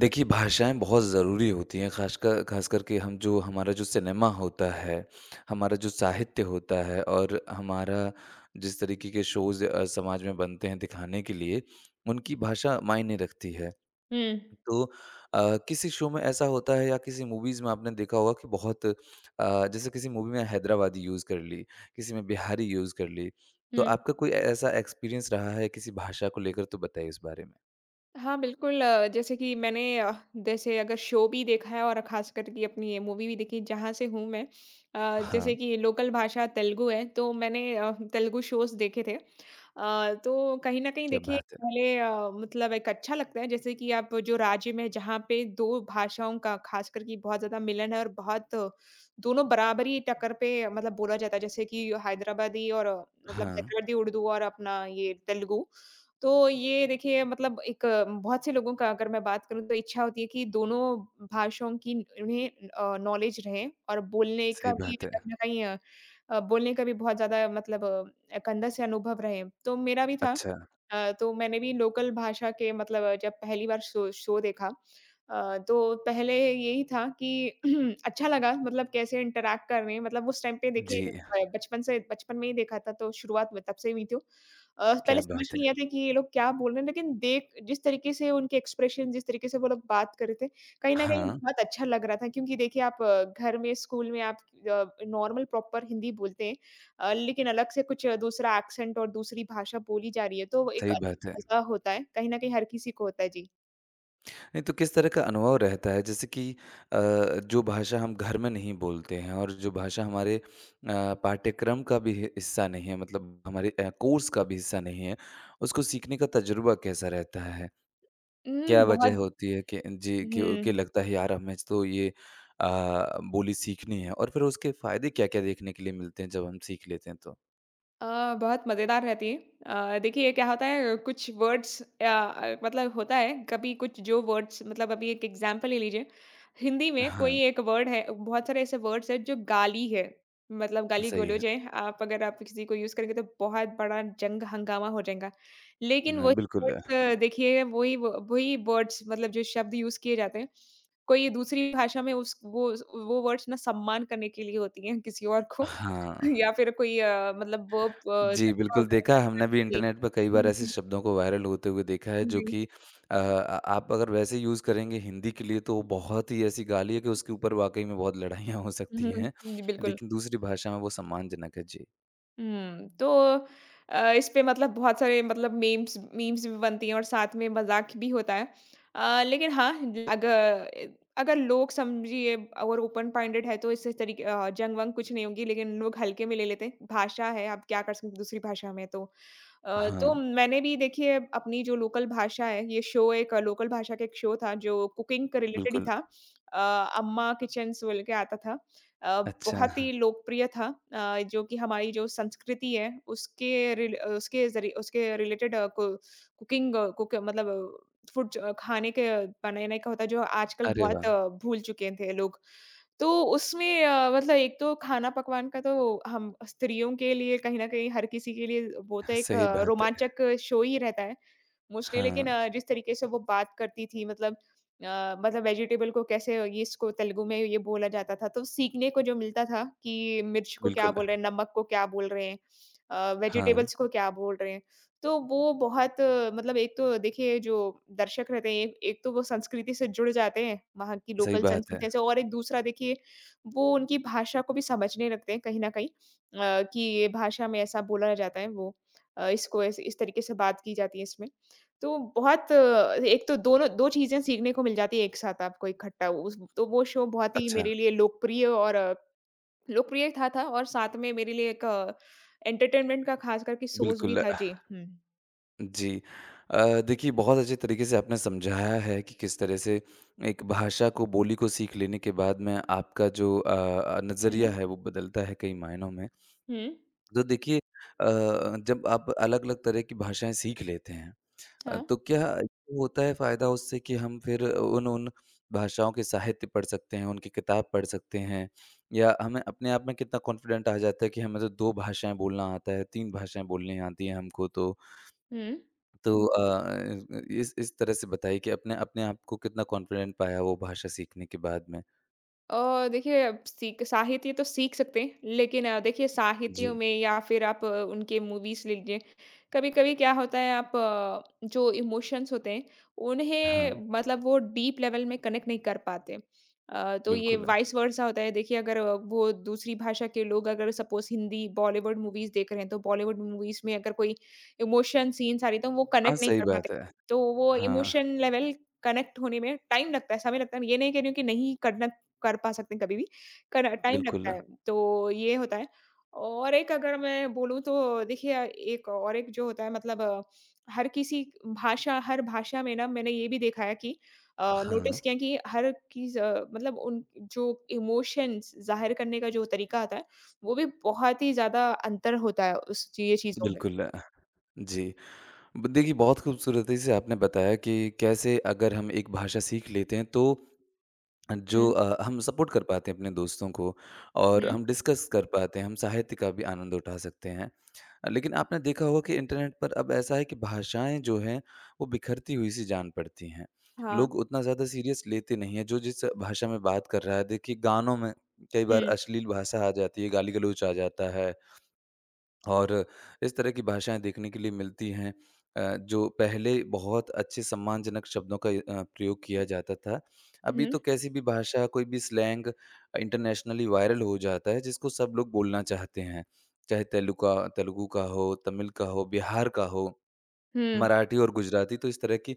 देखिए, भाषाएँ बहुत ज़रूरी होती हैं, ख़ास करके हम जो हमारा जो सिनेमा होता है, हमारा जो साहित्य होता है और हमारा जिस तरीके के शोज़ समाज में बनते हैं दिखाने के लिए, उनकी भाषा मायने रखती है। हुँ, तो किसी शो में ऐसा होता है या किसी मूवीज़ में आपने देखा होगा कि बहुत जैसे किसी मूवी में हैदराबादी यूज़ कर ली, किसी में बिहारी यूज़ कर ली। तो हुँ। आपका कोई ऐ ऐसा एक्सपीरियंस रहा है किसी भाषा को लेकर तो बताइए इस बारे में? हाँ, बिल्कुल, जैसे कि मैंने जैसे अगर शो भी देखा है और ख़ास करके अपनी ये मूवी भी देखी जहाँ से हूँ मैं। जैसे हाँ, कि लोकल भाषा तेलुगु है, तो मैंने तेलुगु शोज़ देखे थे। तो कहीं न कहीं क्या देखिए बात है! पहले मतलब एक अच्छा लगता है जैसे कि आप जो राज्य में जहाँ पे 2 भाषाओं का ख़ास कर कि बहुत ज़्यादा मिलन है और बहुत दोनों बराबरी टक्कर पे मतलब बोला जाता है। जैसे कि हैदराबादी और मतलब हाँ। हैदराबादी उर्दू और अपना ये तेलुगु। तो ये देखिए मतलब एक बहुत से लोगों का अगर मैं बात करूँ तो इच्छा होती है कि दोनों भाषाओं की उन्हें नॉलेज रहे और बोलने का सही भी बात है। कहीं न कहीं बोलने का भी बहुत ज़्यादा मतलब कंधा से अनुभव रहे। तो मेरा भी था। अच्छा, तो मैंने भी लोकल भाषा के मतलब जब पहली बार शो शो देखा। तो पहले यही था कि अच्छा लगा मतलब कैसे इंटरैक्ट कर रहे हैं मतलब उस टाइम पे देखिए जब जी, बचपन से बचपन में ही देखा था तो शुरुआत में तब से हुई थी। क्या पहले समझ बात नहीं आया है। था कि ये लोग क्या बोल रहे हैं, लेकिन देख जिस तरीके से उनके एक्सप्रेशन, जिस तरीके से वो लोग बात कर रहे थे, कहीं न कहीं हाँ, बहुत अच्छा लग रहा था क्योंकि देखिए आप घर में, स्कूल में आप नॉर्मल प्रॉपर हिंदी बोलते हैं। लेकिन अलग से कुछ दूसरा एक्सेंट और दूसरी भाषा बोली जा रही है, तो एक सही बात है। अलग मज़ा होता है, कहीं न कहीं हर किसी को होता है। जी। नहीं तो किस तरह का अनुभव रहता है जैसे कि अ, जो भाषा हम घर में नहीं बोलते हैं और जो भाषा हमारे पाठ्यक्रम का भी हिस्सा नहीं है मतलब हमारे कोर्स का भी हिस्सा नहीं है, उसको सीखने का तजुर्बा कैसा रहता है? हुँ, क्या बहुत वजह होती है कि जी, कि हुँ। लगता है यार हमें तो ये अ, बोली सीखनी है और फिर उसके फ़ायदे क्या-क्या देखने के लिए मिलते हैं जब हम सीख लेते हैं तो? बहुत मज़ेदार रहती है। देखिए क्या होता है कुछ वर्ड्स मतलब होता है कभी कुछ जो वर्ड्स मतलब अभी एक एग्ज़ाम्पल ले लीजिए। हिंदी में कोई हाँ, एक वर्ड है, बहुत सारे ऐसे वर्ड्स हैं जो गाली है, मतलब सही है। गाली-गलौज है। आप अगर आप किसी को यूज़ करेंगे तो बहुत बड़ा जंग हंगामा हो जाएगा। लेकिन हाँ, वही बिल्कुल। वर्ड्स देखिए वही वर्ड्स मतलब जो शब्द यूज़ किए जाते हैं, कोई दूसरी भाषा में उस वो वर्ड्स ना सम्मान करने के लिए होती हैं किसी और को। हाँ। या फिर कोई मतलब वो जी, तरीका बिल्कुल होता है देखा बनाने का। हमने भी जी। इंटरनेट पर कई बार हुँ, ऐसे हुँ। शब्दों को वायरल होते हुए देखा है जो जी। कि अ, आ आप अगर वैसे यूज़ करेंगे हिंदी के लिए तो वो बहुत ही ऐसी गाली है कि उसके ऊपर वाक़ई में बहुत लड़ाइयाँ हो सकती हुँ, हैं। जी, बिल्कुल। लेकिन दूसरी भाषा में वो सम्मानजनक है। जी। हुँ, तो इस पे मतलब बहुत सारे मतलब मीम्स मीम्स भी बनती हैं और साथ में मज़ाक भी होता है। लेकिन हाँ, अग अगर अगर लोग समझिए और ओपन माइंडेड है तो इस तरीके जंग-वंग कुछ नहीं होगी, लेकिन लोग हल्के में ले लेते हैं। भाषा है, आप क्या कर सकते हैं दूसरी भाषा में तो। हाँ, तो मैंने भी देखिए अपनी जो लोकल भाषा है, ये शो एक लोकल भाषा का एक शो था जो कुकिंग के रिलेटेड ही बिल्कुल। था। अ, अम्मा किचन्स बोल के आता था। अच्छा। बहुत ही हाँ, लोकप्रिय था। जो कि हमारी जो संस्कृति है उसके उसके ज़रिए उसके रिलेटेड कु कुकिंग कुक मतलब फूड च खाने के बनाने का होता है जो आजकल अरे बहुत वाह! भूल चुके थे लोग। तो उसमें मतलब एक तो खाना पकवान का तो हम स्त्रियों के लिए कहीं न कहीं हर किसी के लिए वो तो एक सही बात है। रोमांचक शो ही रहता है। मोस्टली हाँ, लेकिन जिस तरीके से वो बात करती थी मतलब मतलब वेजिटेबल को कैसे ये इसको तेलुगु में ये बोला जाता था तो सीखने को जो मिलता था कि मिर्च को क्या बिल्कुल। बोल रहे हैं, नमक को क्या बोल रहे हैं, हाँ, वेजिटेबल्स को क्या बोल रहे हैं। तो वो बहुत मतलब एक तो देखिए जो दर्शक रहते हैं एक, एक तो वो संस्कृति से जुड़ जाते हैं वहाँ की सही लोकल बात है। संस्कृति से और एक दूसरा देखिए वो उनकी भाषा को भी समझने लगते हैं कहीं ना कहीं कि ये भाषा में ऐसा बोला जाता है वो इसको ऐसे- इस तरीके से बात की जाती है इसमें। तो बहुत एक तो दोनों 2 चीज़ें सीखने को मिल जाती है एक साथ आपको इकट्ठा उस। तो वो शो बहुत ही अच्छा, मेरे लिए लोकप्रिय और लोकप्रिय था और साथ में मेरे लिए एक एंटरटेनमेंट का ख़ास करके सोर्स भी बिल्कुल। था। जी, हुँ। जी। देखिए बहुत अच्छे तरीके से आपने समझाया है कि किस तरह से एक भाषा को, बोली को सीख लेने के बाद में आपका जो नज़रिया हुँ, है वो बदलता है कई मायनों में। हुँ। तो देखिए जब आप अलग-अलग तरह की भाषाएँ सीख लेते हैं हाँ, तो क्या ये होता है फ़ायदा उससे कि हम फिर उन उन भाषाओं के साहित्य पढ़ सकते हैं, उनकी किताब पढ़ सकते हैं या हमें अपने आप में कितना कॉन्फिडेंट आ जाता है कि हमें तो 2 भाषाएँ बोलना आता है, 3 भाषाएँ बोलनी आती हैं हमको तो। हुँ। तो इस तरह से बताइए कि अपने अपने आप को कितना कॉन्फिडेंट पाया वो भाषा सीखने के बाद में? देखिए अब सीख साहित्य तो सीख सकते हैं, लेकिन देखिए साहित्यों जी। में या फिर आप उनके मूवीज़ ले लीजिए, कभी-कभी क्या होता है आप जो इमोशंस होते हैं, उन्हें हाँ, मतलब वो डीप लेवल में कनेक्ट नहीं कर पाते। तो ये बिल्कुल। वाइस वर्सा होता है, देखिए अगर वो दूसरी भाषा के लोग अगर सपोज़ हिंदी, बॉलीवुड मूवीज़ देख रहे हैं, तो बॉलीवुड मूवीज़ में अगर कोई इमोशन सीन्स आ रही है, तो वो हाँ, कनेक्ट नहीं सही कर पाते। बात है। तो वो इमोशन हाँ, लेवल कनेक्ट होने में टाइम लगता है, समय लगता है। ये नहीं कह रही हूँ कि नहीं करना कर पा सकते हैं कभी भी, कर जी। टाइम लगता बिल्कुल। है, तो ये होता है। और एक अगर मैं बोलूँ तो देखिए एक और एक जो होता है मतलब हर किसी भाषा हर भाषा में ना मैंने ये भी देखा है कि हाँ, नोटिस किया कि हर किस मतलब उन जो इमोशंस ज़ाहिर करने का जो तरीका आता है, वो भी बहुत ही ज़्यादा अंतर होता है उस ये चीज़ों में। बिल्कुल। जी, ब देखिए बहुत खूबसूरती से आपने बताया कि कैसे अगर हम एक भाषा सीख लेते हैं तो जो हुँ। हम सपोर्ट कर पाते हैं अपने दोस्तों को और हुँ। हम डिस्कस कर पाते हैं, हम साहित्य का भी आनंद उठा सकते हैं। लेकिन आपने देखा होगा कि इंटरनेट पर अब ऐसा है कि भाषाएँ जो हैं, वो बिखरती हुई सी जान पड़ती हैं। हाँ। लोग उतना ज़्यादा सीरियस लेते नहीं हैं, जो जिस भाषा में बात कर रहा है देखिए गानों में कई बार हुँ। अश्लील भाषा आ जाती है, गाली-गलौच आ जाता है। और इस तरह की भाषाएँ देखने के लिए मिलती हैं जो पहले बहुत अच्छे सम्मानजनक शब्दों का प्रयोग किया जाता था। अभी हुँ। तो कैसी भी भाषा, कोई भी स्लैंग इंटरनेशनली वायरल हो जाता है जिसको सब लोग बोलना चाहते हैं। चाहे तेलुका तेलुगु का हो, तमिल का हो, बिहार का हो। हुँ, मराठी और गुजराती तो इस तरह की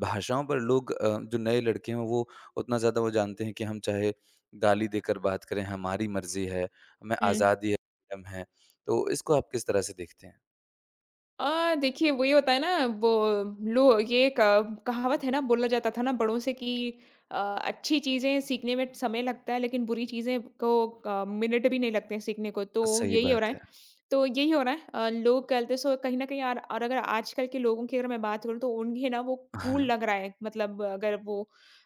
भाषाओं पर लोग जो नए लड़के हैं वो उतना ज़्यादा वो जानते हैं कि हम चाहे गाली देकर बात करें, हमारी मर्ज़ी है, हमें हुँ। आज़ादी है, फ्रीडम है। तो इसको आप किस तरह से देखते हैं? देखिए वही होता है ना वो लो ये क- कहावत है ना बोला जाता था ना बड़ों से कि अच्छी चीजें सीखने में समय लगता है, लेकिन बुरी चीजें को मिनट भी नहीं लगते हैं सीखने को, तो सही यही हो रहा बात है। है। तो यही हो रहा है। लोग कहते सो कहीं ना कहीं, और अगर आजकल के लोगों की अगर मैं बात करूँ तो उन्हें ना वो कूल हाँ, लग रहा है मतलब अगर वो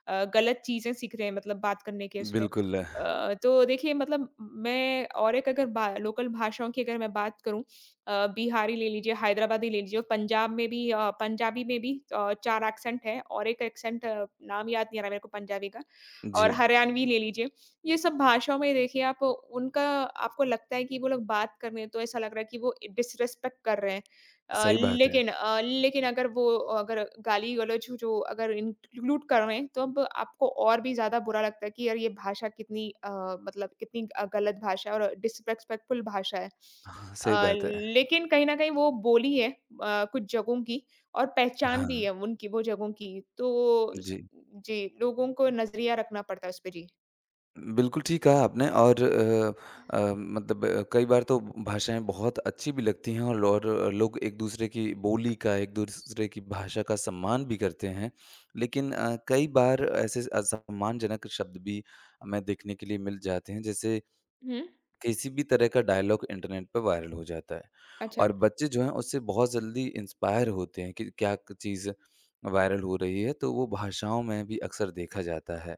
गलत चीजें सीख रहे हैं मतलब बात करने के उसमें बिल्कुल। तो देखिए मतलब मैं और एक अगर बा, लोकल भाषाओं की अगर मैं बात करूँ बिहारी ले लीजिए, हैदराबादी ले लीजिए, और पंजाब में भी पंजाबी में भी 4 एक्सेंट है और एक एक्सेंट नाम याद नहीं आ रहा मेरे को पंजाबी का, और जी, हरियाणवी ले लीजिए। ये सब भाषाओं में देखिए आप उनका आपको लगता है कि वो लोग बात कर रहे हैं तो ऐसा लग रहा है कि वो डिसरिस्पेक्ट कर रहे हैं। सही बात है। लेकिन अगर वो अगर गाली-गलौज जो अगर इंक्लूड कर रहे हैं तो अब आपको और भी ज़्यादा बुरा लगता है कि यार ये भाषा कितनी मतलब कितनी गलत भाषा है और डिसरिस्पेक्टफुल भाषा है। हाँ, सही बात है। लेकिन कहीं न कहीं वो बोली है कुछ जगहों की और पहचान हाँ, भी है उनकी वो जगहों की। तो स जी। जी, लोगों को नज़रिया रखना पड़ता है उसपे जी। बिल्कुल ठीक कहा आपने और कई बार तो भाषाएँ बहुत अच्छी भी लगती हैं और लोग एक-दूसरे की बोली का, एक-दूसरे की भाषा का सम्मान भी करते हैं। लेकिन कई बार ऐसे असम्मानजनक शब्द भी हमें देखने के लिए मिल जाते हैं। जैसे हुँ, किसी भी तरह का डायलॉग इंटरनेट पे वायरल हो जाता है अच्छा। और बच्चे जो हैं उससे बहुत जल्दी इंस्पायर होते हैं कि चीज़ वायरल हो रही है तो वो भाषाओं में भी अक्सर देखा जाता है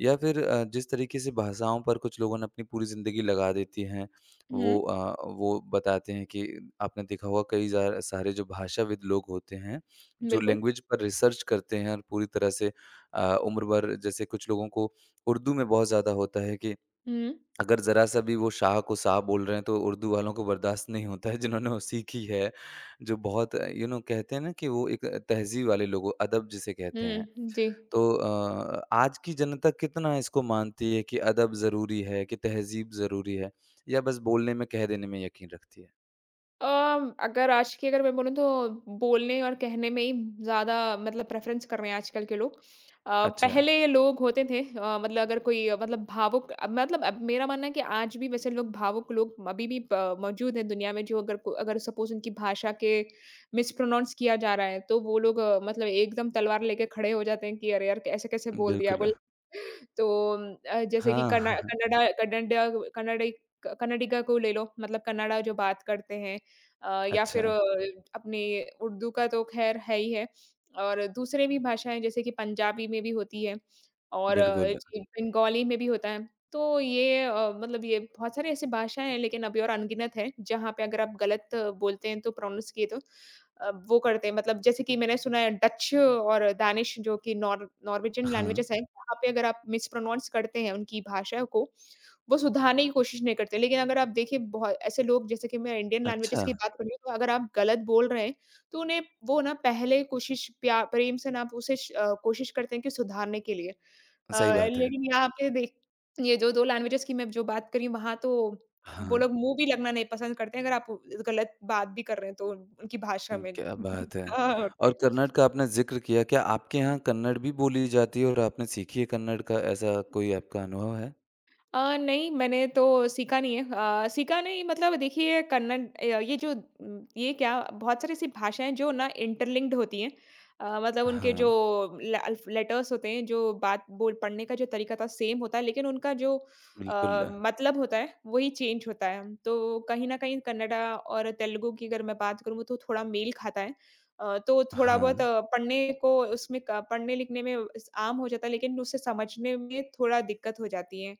या फिर जिस तरीके से भाषाओं पर कुछ लोगों ने अपनी पूरी ज़िंदगी लगा देती हैं हुँ, वो बताते हैं कि आपने देखा होगा कई सारे जो भाषाविद लोग होते हैं जो बिल्कुल। लैंग्वेज पर रिसर्च करते हैं और पूरी तरह से उम्र भर जैसे कुछ लोगों को उर्दू में बहुत ज़्यादा होता है कि हुँ, अगर ज़रा-सा भी वो शाह को शाह बोल रहे हैं, तो उर्दू वालों को बर्दाश्त नहीं होता है, जिन्होंने वो सीखी है। जो बहुत कहते हैं ना कि वो एक तहज़ीब वाले लोग, अदब जिसे कहते हैं। हुँ, जी। तो आज की जनता कितना इसको मानती है कि अदब ज़रूरी है, कि तहज़ीब ज़रूरी है, या बस बोलने में, कह देने में यकीन रखती है? अ, अगर आज की अगर मैं बोलूँ तो बोलने और कहने में ही ज़्यादा मतलब प्रेफ़रेंस कर रहे हैं आजकल के लोग। अच्छा, पहले ये लोग होते थे मतलब अगर कोई मतलब भावुक अब मतलब अब मेरा मानना है कि आज भी वैसे लोग भावुक लोग अभी भी प मौजूद हैं दुनिया में जो अगर को अगर सपोज़ उनकी भाषा के मिसप्रोनाउंस किया जा रहा है, तो वो लोग मतलब एकदम तलवार लेके खड़े हो जाते हैं कि अरे यार! ऐसे कैसे बोल दिया बिल्कुल। बोल। तो जैसे कि कन्ना हाँ, कन्नडा कन्नडा कन्नडि क कन्नडिगा को ले लो मतलब कन्नडा जो बात करते हैं। या अच्छा, फिर अपनी उर्दू का तो ख़ैर है ही है, और दूसरे भी भाषाएँ जैसे कि पंजाबी में भी होती है और बिल्कुल। जी, बंगाली में भी होता है। तो ये मतलब ये बहुत सारी ऐसी भाषाएँ हैं, लेकिन अभी और अनगिनत हैं, जहाँ पे अगर आप गलत बोलते हैं तो प्रोनाउंस किए तो वो करते हैं मतलब जैसे कि मैंने सुना है डच और दानिश जो कि नॉर्वेजियन हाँ, लैंग्वेजेज़ है, वहाँ पे अगर आप मिसप्रोनाउंस करते हैं उनकी भाषा को, वो सुधारने की कोशिश नहीं करते। लेकिन अगर आप देखिए बहुत ऐसे लोग जैसे कि मैं इंडियन अच्छा, लैंग्वेजेज़ की बात करूँ तो अगर आप गलत बोल रहे हैं, तो उन्हें वो ना पहले कोशिश प्या प्रेम से ना आप उसे श कोशिश करते हैं कि सुधारने के लिए। सही बात है। लेकिन यहाँ पे देख ये जो 2 लैंग्वेजेज़ की मैं जो बात करी वहाँ तो वो हाँ। लोग मुँह भी लगना नहीं पसंद करते हैं अगर आप गलत बात भी कर रहे हैं तो उन- उनकी भाषा हुँ, में। क्या बात है! हाँ, और जी। कन्नड़ का आपने ज़िक्र किया, क्या आपके यहाँ कन्नड़ भी बोली जाती है और आपने सीखी है कन्नड़ का, ऐसा कोई आपका अनुभव है? नहीं, मैंने तो सीखा नहीं है। सीखा नहीं मतलब देखिए कन्नड़ ये जो ये क्या बहुत सारी ऐसी भाषाएँ हैं जो ना इंटरलिंक्ड होती हैं। मतलब उनके जो हाँ, ल अल्फ लेटर्स होते हैं, जो बात बोल पढ़ने का जो तरीका था सेम होता है, लेकिन उनका जो बिल्कुल। मतलब होता है वही चेंज होता है। तो कहीं न कहीं कन्नड़ा और तेलुगु की अगर मैं बात करूँ तो थोड़ा मेल खाता है। तो थोड़ा हाँ, बहुत पढ़ने को उसमें क पढ़ने-लिखने में स आम हो जाता है, लेकिन उसे समझने में थोड़ा दिक्कत हो जाती है।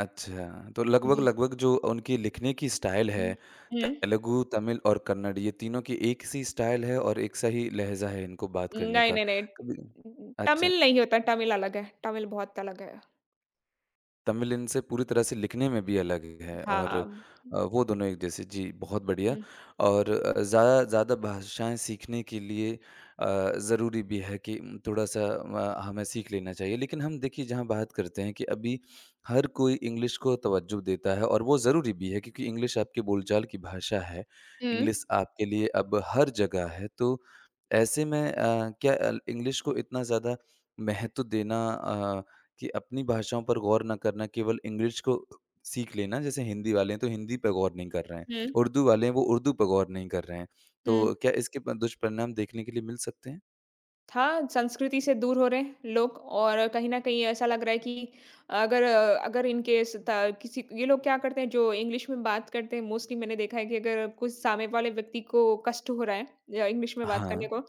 अच्छा। तो जी। लगभग-लगभग जो उनकी लिखने की स्टाइल हुँ। है, हुँ। तेलुगु, तमिल और कन्नड़ ये तीनों की एक सी स्टाइल है और एक सा ही लहज़ा है इनको बात करने नहीं, का। नहीं, नहीं। कभी अच्छा। तमिल नहीं होता, तमिल अलग है, तमिल बहुत अलग है। तमिल इनसे पूरी तरह से लिखने में भी अलग है और हाँ। वो दोनों एक जैसे जी, बहुत बढ़िया हुँ। और अ, ज़्यादा ज़्यादा भाषाएँ सीखने के लिए अ, ज़रूरी भी है कि थोड़ा-सा हमें सीख लेना चाहिए। लेकिन हम देखिए जहाँ बात करते हैं कि अभी हर कोई इंग्लिश को तवज्जो देता है और वो ज़रूरी भी है क्योंकि इंग्लिश आपकी बोलचाल की भाषा है। हुँ। इंग्लिश आपके लिए अब हर जगह है तो ऐसे में अ, क्या अल इंग्लिश को इतना ज़्यादा महत्व देना कि अपनी भाषाओं पर गौर ना करना केवल इंग्लिश को सीख लेना जैसे हिंदी वाले हैं तो हिंदी पर गौर नहीं कर रहे हैं, हुँ। उर्दू वाले हैं वो उर्दू पर गौर नहीं कर रहे हैं। हुँ। तो क्या इसके प दुष्परिणाम देखने के लिए मिल सकते हैं? हाँ, संस्कृति से दूर हो रहे हैं लोग और कहीं न कहीं ऐसा लग रहा है कि अगर अगर इन केस त किसी ये लोग क्या करते हैं जो इंग्लिश में बात करते हैं मोस्टली मैंने देखा है कि अगर कुछ सामने वाले व्यक्ति को कष्ट हो रहा है या इंग्लिश में बात हाँ, करने को,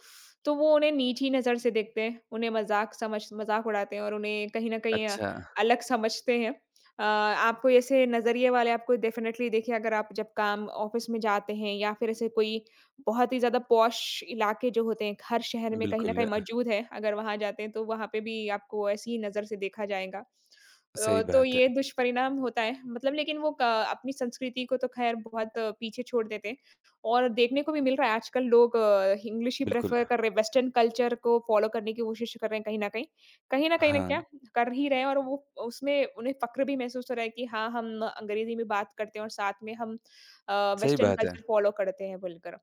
तो वो उन्हें नीची नज़र से देखते हैं, उन्हें मज़ाक समझ मज़ाक उड़ाते हैं और उन्हें कहीं न कहीं अच्छा अलग समझते हैं। आपको ऐसे नज़रिए वाले आपको डेफ़िनेटली देखिए अगर आप जब काम ऑफ़िस में जाते हैं या फिर ऐसे कोई बहुत ही ज़्यादा पॉश इलाके जो होते हैं, हर शहर में कहीं न कहीं बिल्कुल, मौजूद है, अगर वहाँ जाते हैं तो वहाँ पे भी आपको ऐसी ही नज़र से देखा जाएगा। सही तो बात है। ये दुष्परिणाम होता है मतलब लेकिन वो क अपनी संस्कृति को तो ख़ैर बहुत पीछे छोड़ देते हैं और देखने को भी मिल रहा है आजकल लोग इंग्लिश ही बिल्कुल, प्रेफ़र कर रहे हैं, वेस्टर्न कल्चर को फ़ॉलो करने की कोशिश कर रहे हैं कहीं न कहीं। कहीं न हाँ, क्या कर ही रहे हैं और वो उसमें उन्हें फ़क्र भी महसूस हो रहा है कि हाँ, हम अंग्रेज़ी में बात करते हैं और साथ में हम सही वेस्टर्न बात है। कल्चर फ़ॉलो करते हैं बोलकर।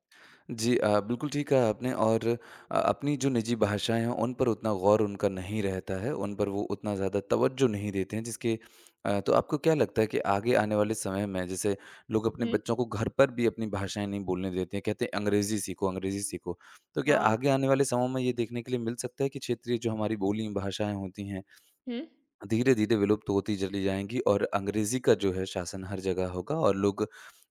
जी बिल्कुल ठीक कहा आपने और अपनी जो निजी भाषाएँ हैं, उन पर उतना गौर उनका नहीं रहता है, उन पर वो उतना ज़्यादा तवज्जो नहीं देते हैं जिसके तो आपको क्या लगता है कि आगे आने वाले समय में जैसे लोग अपने हुँ, बच्चों को घर पर भी अपनी भाषाएँ नहीं बोलने देते हैं, कहते हैं अंग्रेज़ी सीखो, अंग्रेज़ी सीखो। तो क्या हाँ। आगे आने वाले समय में ये देखने के लिए मिल सकता है कि क्षेत्रीय जो हमारी बोली भाषाएँ होती हैं हुँ। धीरे-धीरे विलुप्त होती चली जाएँगी और अंग्रेज़ी का जो है शासन हर जगह होगा और लोग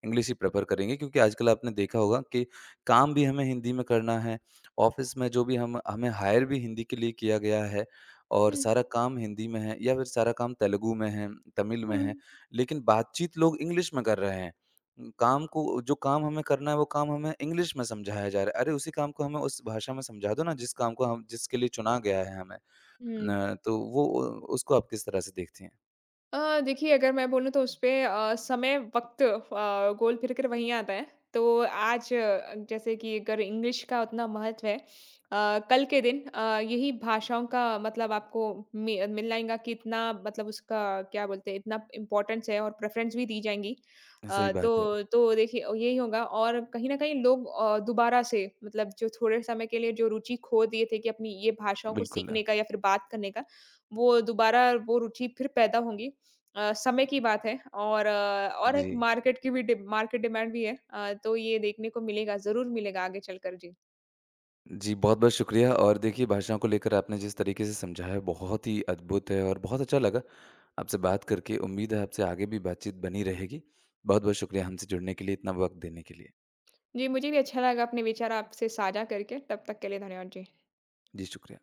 इंग्लिश ही प्रेफ़र करेंगे क्योंकि आजकल आपने देखा होगा कि काम भी हमें हिंदी में करना है, ऑफ़िस में जो भी हम हमें हायर भी हिंदी के लिए किया गया है और हुँ। सारा काम हिंदी में है या फिर सारा काम तेलुगु में है, तमिल में हुँ। है, लेकिन बातचीत लोग इंग्लिश में कर रहे हैं। काम को जो काम हमें करना है वो काम हमें इंग्लिश में समझाया जा रहा है। अरे उसी काम को हमें उस भाषा में समझा दो ना जिस काम को हम जिसके लिए चुना गया है हमें। हुँ। न तो वो अ, उसको आप किस तरह से देखती हैं? देखिए अगर मैं बोलूँ तो उसपे समय वक़्त गोल फिर कर वहीं आता है। तो आज जैसे कि अगर इंग्लिश का उतना महत्व है कल के दिन यही भाषाओं का मतलब आपको मि मिल आएगा कि इतना मतलब उसका क्या बोलते हैं इतना इम्पोर्टेंस है और प्रेफ़रेंस भी दी जाएँगी। सही बात है। तो देखिए यही होगा और कहीं न कहीं लोग दोबारा से मतलब जो थोड़े समय के लिए जो रुचि खो दिए थे कि अपनी ये भाषाओं को बिल्कुल। सीखने का या फिर बात करने का, वो दोबारा वो रुचि फिर पैदा होंगी। समय की बात है और और जी। एक मार्केट की भी डि मार्केट डिमांड भी है। तो ये देखने को मिलेगा, ज़रूर मिलेगा आगे चलकर जी। जी, बहुत-बहुत शुक्रिया और देखिए भाषाओं को लेकर आपने जिस तरीके से समझाया है, बहुत ही अद्भुत है और बहुत अच्छा लगा आपसे बात करके। उम्मीद है आपसे आगे भी बातचीत बनी रहेगी। बहुत-बहुत शुक्रिया हमसे जुड़ने के लिए, इतना वक़्त देने के लिए। जी, मुझे भी अच्छा लगा अपने विचार आपसे साझा करके। तब तक के लिए धन्यवाद जी। जी, शुक्रिया।